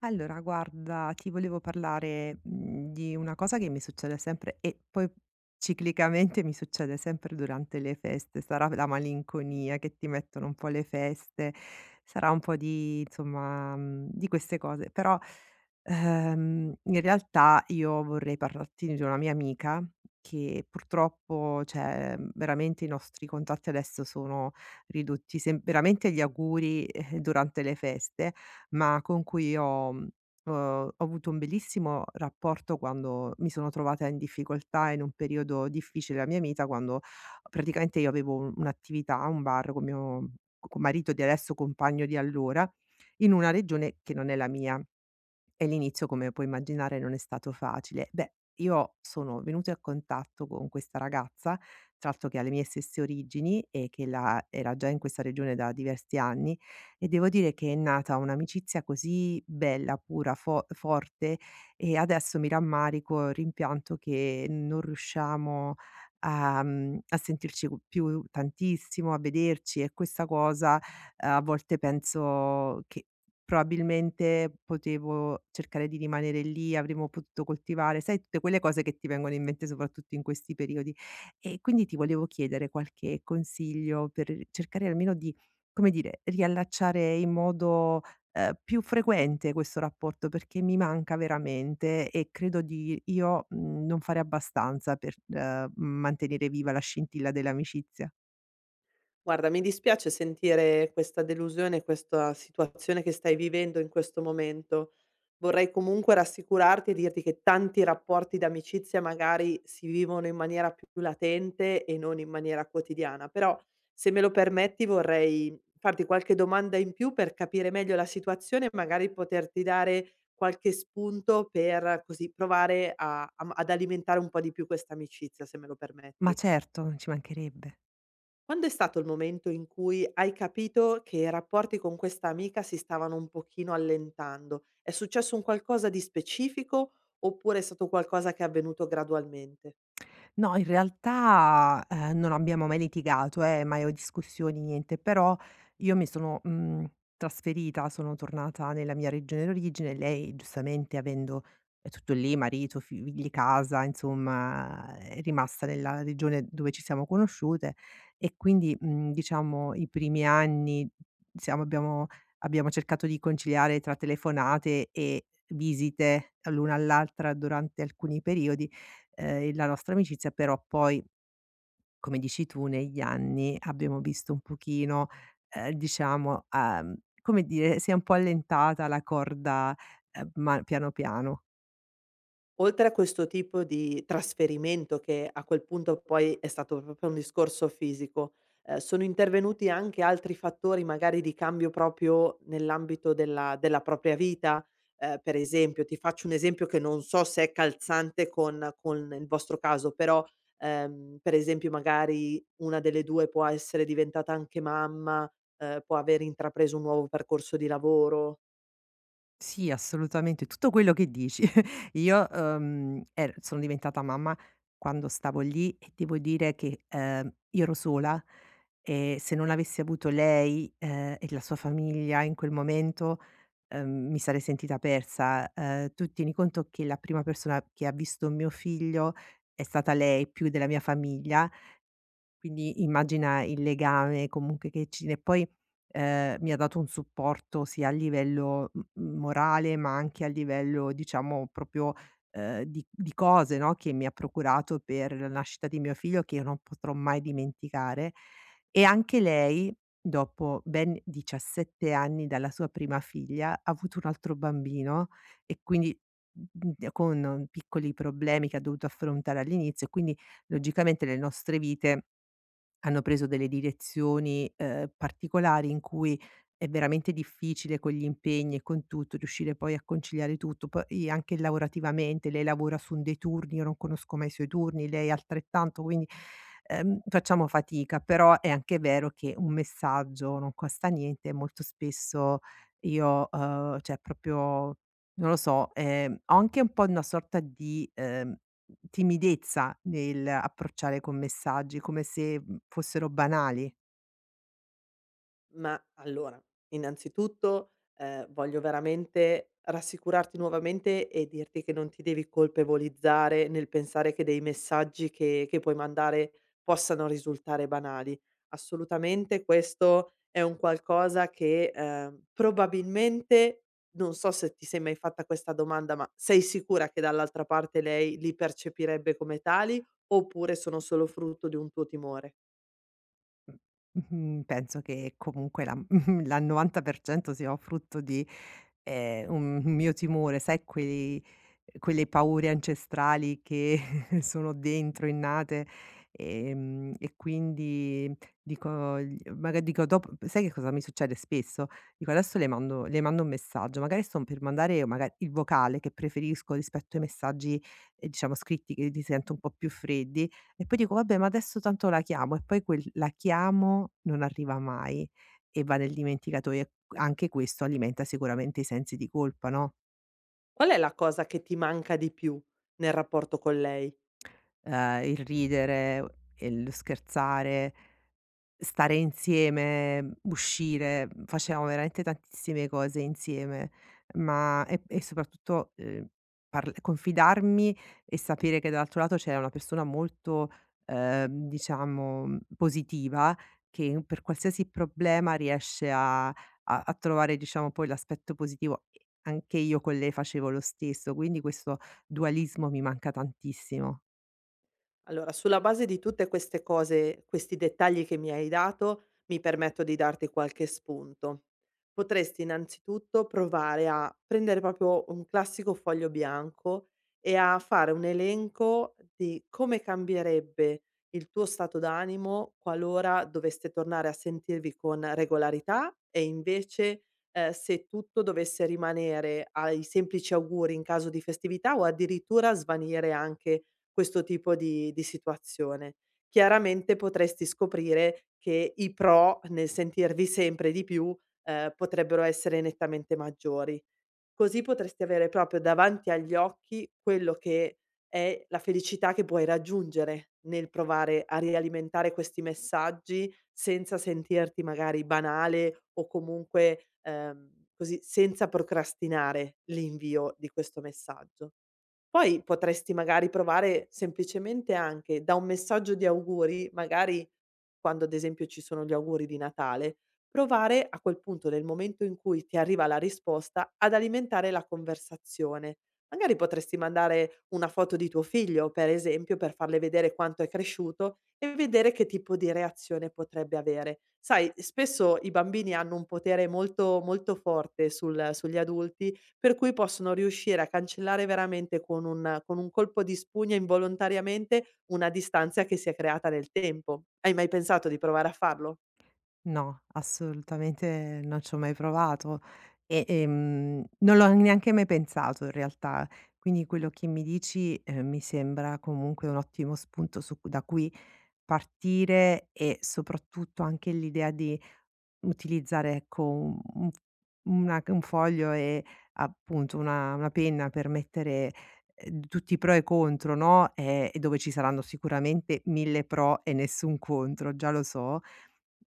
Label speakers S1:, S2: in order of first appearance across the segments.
S1: Allora, guarda, ti volevo parlare, di una cosa che mi succede sempre e poi ciclicamente mi succede sempre durante le feste. Sarà la malinconia che ti mettono un po' le feste, sarà un po' di insomma, di queste cose. Però, in realtà io vorrei parlarti di una mia amica che purtroppo, cioè, veramente i nostri contatti adesso sono ridotti. Sem veramente gli auguri, durante le feste, ma con cui ho ho avuto un bellissimo rapporto quando mi sono trovata in difficoltà in un periodo difficile della mia vita, quando praticamente io avevo un'attività, un bar con mio co marito di adesso, compagno di allora, in una regione che non è la mia. E l'inizio, come puoi immaginare, non è stato facile. Beh, io sono venuta a contatto con questa ragazza, tra l'altro che ha le mie stesse origini e che era già in questa regione da diversi anni e devo dire che è nata un'amicizia così bella, pura, forte e adesso mi rammarico, rimpianto che non riusciamo a, a sentirci più tantissimo, a vederci e questa cosa a volte penso che probabilmente potevo cercare di rimanere lì, avremmo potuto coltivare, sai, tutte quelle cose che ti vengono in mente soprattutto in questi periodi. E quindi ti volevo chiedere qualche consiglio per cercare almeno di, come dire, riallacciare in modo, più frequente questo rapporto, perché mi manca veramente e credo di io, non fare abbastanza per, mantenere viva la scintilla dell'amicizia.
S2: Guarda, mi dispiace sentire questa delusione, questa situazione che stai vivendo in questo momento. Vorrei comunque rassicurarti e dirti che tanti rapporti d'amicizia magari si vivono in maniera più latente e non in maniera quotidiana, però, se me lo permetti, vorrei farti qualche domanda in più per capire meglio la situazione e magari poterti dare qualche spunto per così provare ad alimentare un po' di più questa amicizia, se me lo
S1: Ma
S2: permetti.
S1: certo, non ci mancherebbe.
S2: Quando è stato il momento in cui hai capito che i rapporti con questa amica si stavano un pochino allentando? È successo un qualcosa di specifico oppure è stato qualcosa che è avvenuto gradualmente?
S1: No, in realtà, non abbiamo mai litigato, mai o discussioni, niente, però io mi sono, trasferita, sono tornata nella mia regione d'origine e lei giustamente avendo, è tutto lì, marito, figli, casa, insomma, è rimasta nella regione dove ci siamo conosciute e quindi, diciamo i primi anni siamo abbiamo abbiamo cercato di conciliare tra telefonate e visite l'una all'altra durante alcuni periodi la nostra amicizia, però poi, come dici tu, negli anni abbiamo visto un pochino, diciamo, come dire, si è un po' allentata la corda, ma piano piano.
S2: Oltre a questo tipo di trasferimento, che a quel punto poi è stato proprio un discorso fisico, sono intervenuti anche altri fattori magari di cambio proprio nell'ambito della propria vita? Per esempio, ti faccio un esempio che non so se è calzante con il vostro caso, però, per esempio magari una delle due può essere diventata anche mamma, può aver intrapreso un nuovo percorso di lavoro.
S1: Sì, assolutamente, tutto quello che dici. Io, er sono diventata mamma quando stavo lì e devo dire che, io ero sola e se non avessi avuto lei, e la sua famiglia in quel momento mi sarei sentita persa. Tu tieni conto che la prima persona che ha visto mio figlio è stata lei, più della mia famiglia, quindi immagina il legame comunque che ci e poi, mi ha dato un supporto sia a livello m morale, ma anche a livello diciamo proprio, di cose, no, che mi ha procurato per la nascita di mio figlio, che io non potrò mai dimenticare. E anche lei, dopo ben 17 anni dalla sua prima figlia, ha avuto un altro bambino e quindi, con piccoli problemi che ha dovuto affrontare all'inizio, e quindi logicamente le nostre vite hanno preso delle direzioni, particolari in cui è veramente difficile con gli impegni e con tutto riuscire poi a conciliare tutto. Poi anche lavorativamente, lei lavora su un dei turni, io non conosco mai i suoi turni, lei altrettanto, quindi, facciamo fatica. Però è anche vero che un messaggio non costa niente e molto spesso io, cioè proprio non lo so, ho anche un po' una sorta di, timidezza nell'approcciare con messaggi, come se, fossero banali.
S2: Ma allora, innanzitutto, voglio veramente rassicurarti nuovamente e dirti che non ti devi colpevolizzare nel pensare che dei messaggi che puoi mandare possano risultare banali. Assolutamente, questo è un qualcosa che, probabilmente, non so se ti sei mai fatta questa domanda, ma sei sicura che dall'altra parte lei li percepirebbe come tali, oppure sono solo frutto di un tuo timore?
S1: Mh-mh, penso che comunque la la 90% sia frutto di, un mio timore, sai quei quelle paure ancestrali che sono dentro, innate, e quindi dico gli maga dico dop sai che cosa mi succede spesso? Dico: "Adesso le mando un messaggio", magari sto per mandare maga il vocale che preferisco rispetto ai messaggi, diciamo scritti, che li sento un po' più freddi, e poi dico: "Vabbè, ma adesso tanto la chiamo" e poi quel "la chiamo" non arriva mai e va nel dimenticatoio e anche questo alimenta sicuramente i sensi di colpa, no,
S2: Qual è la cosa che ti manca di più nel rapporto con lei?
S1: il ridere e lo scherzare, stare insieme, uscire, facevamo veramente tantissime cose insieme, ma e soprattutto, parl confidarmi e sapere che dall'altro lato c'era una persona molto, diciamo, positiva, che per qualsiasi problema riesce a a trovare, diciamo, poi l'aspetto positivo, e anche io con lei facevo lo stesso, quindi questo dualismo mi manca tantissimo.
S2: Allora, sulla base di tutte queste cose, questi dettagli che mi hai dato, mi permetto di darti qualche spunto. Potresti innanzitutto provare a prendere proprio un classico foglio bianco e a fare un elenco di come cambierebbe il tuo stato d'animo qualora doveste tornare a sentirvi con regolarità e, invece, se tutto dovesse rimanere ai semplici auguri in caso di festività o addirittura svanire anche questo tipo di situazione. Chiaramente potresti scoprire che i pro nel sentirvi sempre di più, potrebbero essere nettamente maggiori. Così potresti avere proprio davanti agli occhi quello che è la felicità che puoi raggiungere nel provare a rialimentare questi messaggi senza sentirti magari banale o comunque, così, senza procrastinare l'invio di questo messaggio. Poi potresti magari provare semplicemente anche da un messaggio di auguri, magari quando ad esempio ci sono gli auguri di Natale, provare a quel punto, nel momento in cui ti arriva la risposta, ad alimentare la conversazione. Magari potresti mandare una foto di tuo figlio, per esempio, per farle vedere quanto è cresciuto e vedere che tipo di reazione potrebbe avere. Sai, spesso i bambini hanno un potere molto, molto forte sugli adulti, per cui possono riuscire a cancellare veramente, con un colpo di spugna, involontariamente, una distanza che si è creata nel tempo. Hai mai pensato di provare a farlo?
S1: No, assolutamente non ci ho mai provato e, non l'ho neanche mai pensato in realtà. Quindi quello che mi dici, mi sembra comunque un ottimo spunto su da cui partire, e soprattutto anche l'idea di utilizzare, ecco, un f una un foglio e appunto una penna per mettere, tutti i pro e i contro, no, e dove ci saranno sicuramente 1000 pro e nessun contro, già lo so.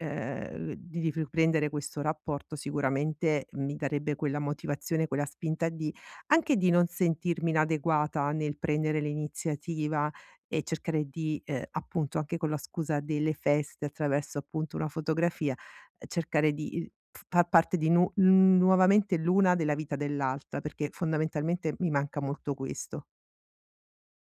S1: Ehm, di riprendere questo rapporto sicuramente mi darebbe quella motivazione, quella spinta di anche di non sentirmi inadeguata nel prendere l'iniziativa e cercare di, appunto, anche con la scusa delle feste, attraverso appunto una fotografia, cercare di il f far parte di nu nuovamente l'una della vita dell'altra, perché fondamentalmente mi manca molto questo.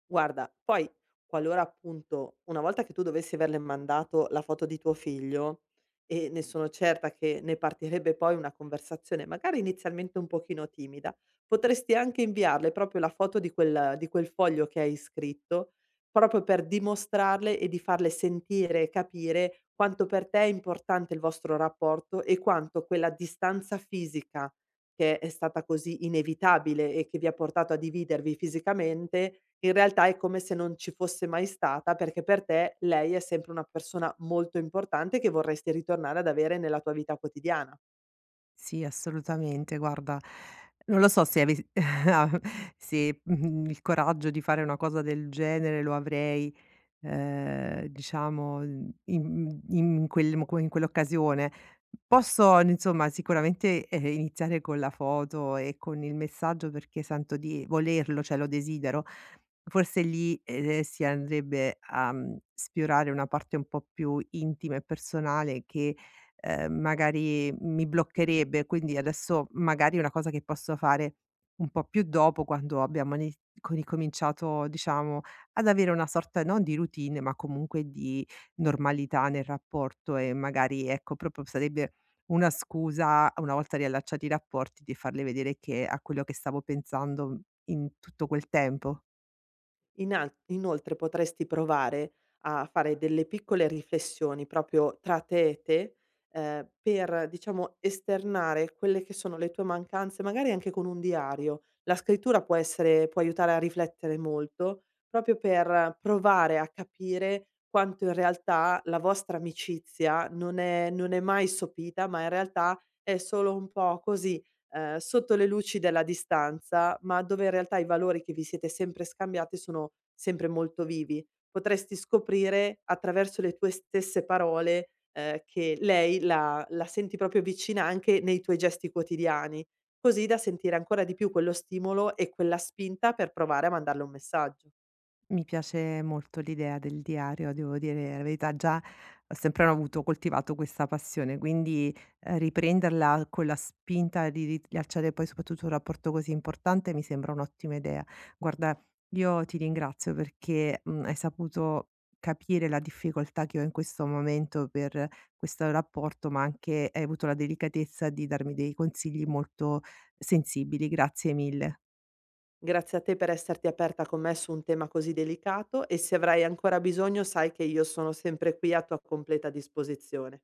S2: Guarda, poi, qualora appunto, una volta che tu dovessi averle mandato la foto di tuo figlio, e ne sono certa che ne partirebbe poi una conversazione, magari inizialmente un pochino timida, potresti anche inviarle proprio la foto di quel foglio che hai scritto, proprio per dimostrarle e di farle sentire e capire quanto per te è importante il vostro rapporto e quanto quella distanza fisica, che è stata così inevitabile e che vi ha portato a dividervi fisicamente, in realtà è come se non ci fosse mai stata, perché per te lei è sempre una persona molto importante, che vorresti ritornare ad avere nella tua vita quotidiana.
S1: Sì, assolutamente. Guarda, non lo so se ave se, il coraggio di fare una cosa del genere lo avrei. Diciamo, in quel mo in quell'occasione. Posso n insomma sicuramente, iniziare con la foto e con il messaggio perché sento di volerlo, cioè lo desidero. Forse lì, si andrebbe a, sfiorare una parte un po' più intima e personale che, magari mi bloccherebbe, quindi adesso magari è una cosa che posso fare un po' più dopo, quando abbiamo ini co ricominciato diciamo ad avere una sorta non di routine, ma comunque di normalità nel rapporto, e magari ecco, proprio sarebbe una scusa, una volta riallacciati i rapporti, di farle vedere che a quello che stavo pensando in tutto quel tempo.
S2: Inan inoltre, potresti provare a fare delle piccole riflessioni proprio tra te e te, per, diciamo, esternare quelle che sono le tue mancanze, magari anche con un diario. La scrittura può essere, può aiutare a riflettere molto, proprio per provare a capire quanto in realtà la vostra amicizia non è mai sopita, ma in realtà è solo un po' così, sotto le luci della distanza, ma dove in realtà i valori che vi siete sempre scambiati sono sempre molto vivi. Potresti scoprire, attraverso le tue stesse parole, che lei la senti proprio vicina anche nei tuoi gesti quotidiani, così da sentire ancora di più quello stimolo e quella spinta per provare a mandarle un messaggio.
S1: Mi piace molto l'idea del diario, devo dire la verità, già sempre ho sempre avuto coltivato questa passione, quindi, riprenderla con la spinta di rilanciare poi soprattutto un rapporto così importante mi sembra un'ottima idea. Guarda, io ti ringrazio perché, hai saputo capire la difficoltà che ho in questo momento per questo rapporto, ma anche hai avuto la delicatezza di darmi dei consigli molto sensibili. Grazie mille.
S2: Grazie a te per esserti aperta con me su un tema così delicato, e se avrai ancora bisogno sai che io sono sempre qui, a tua completa disposizione.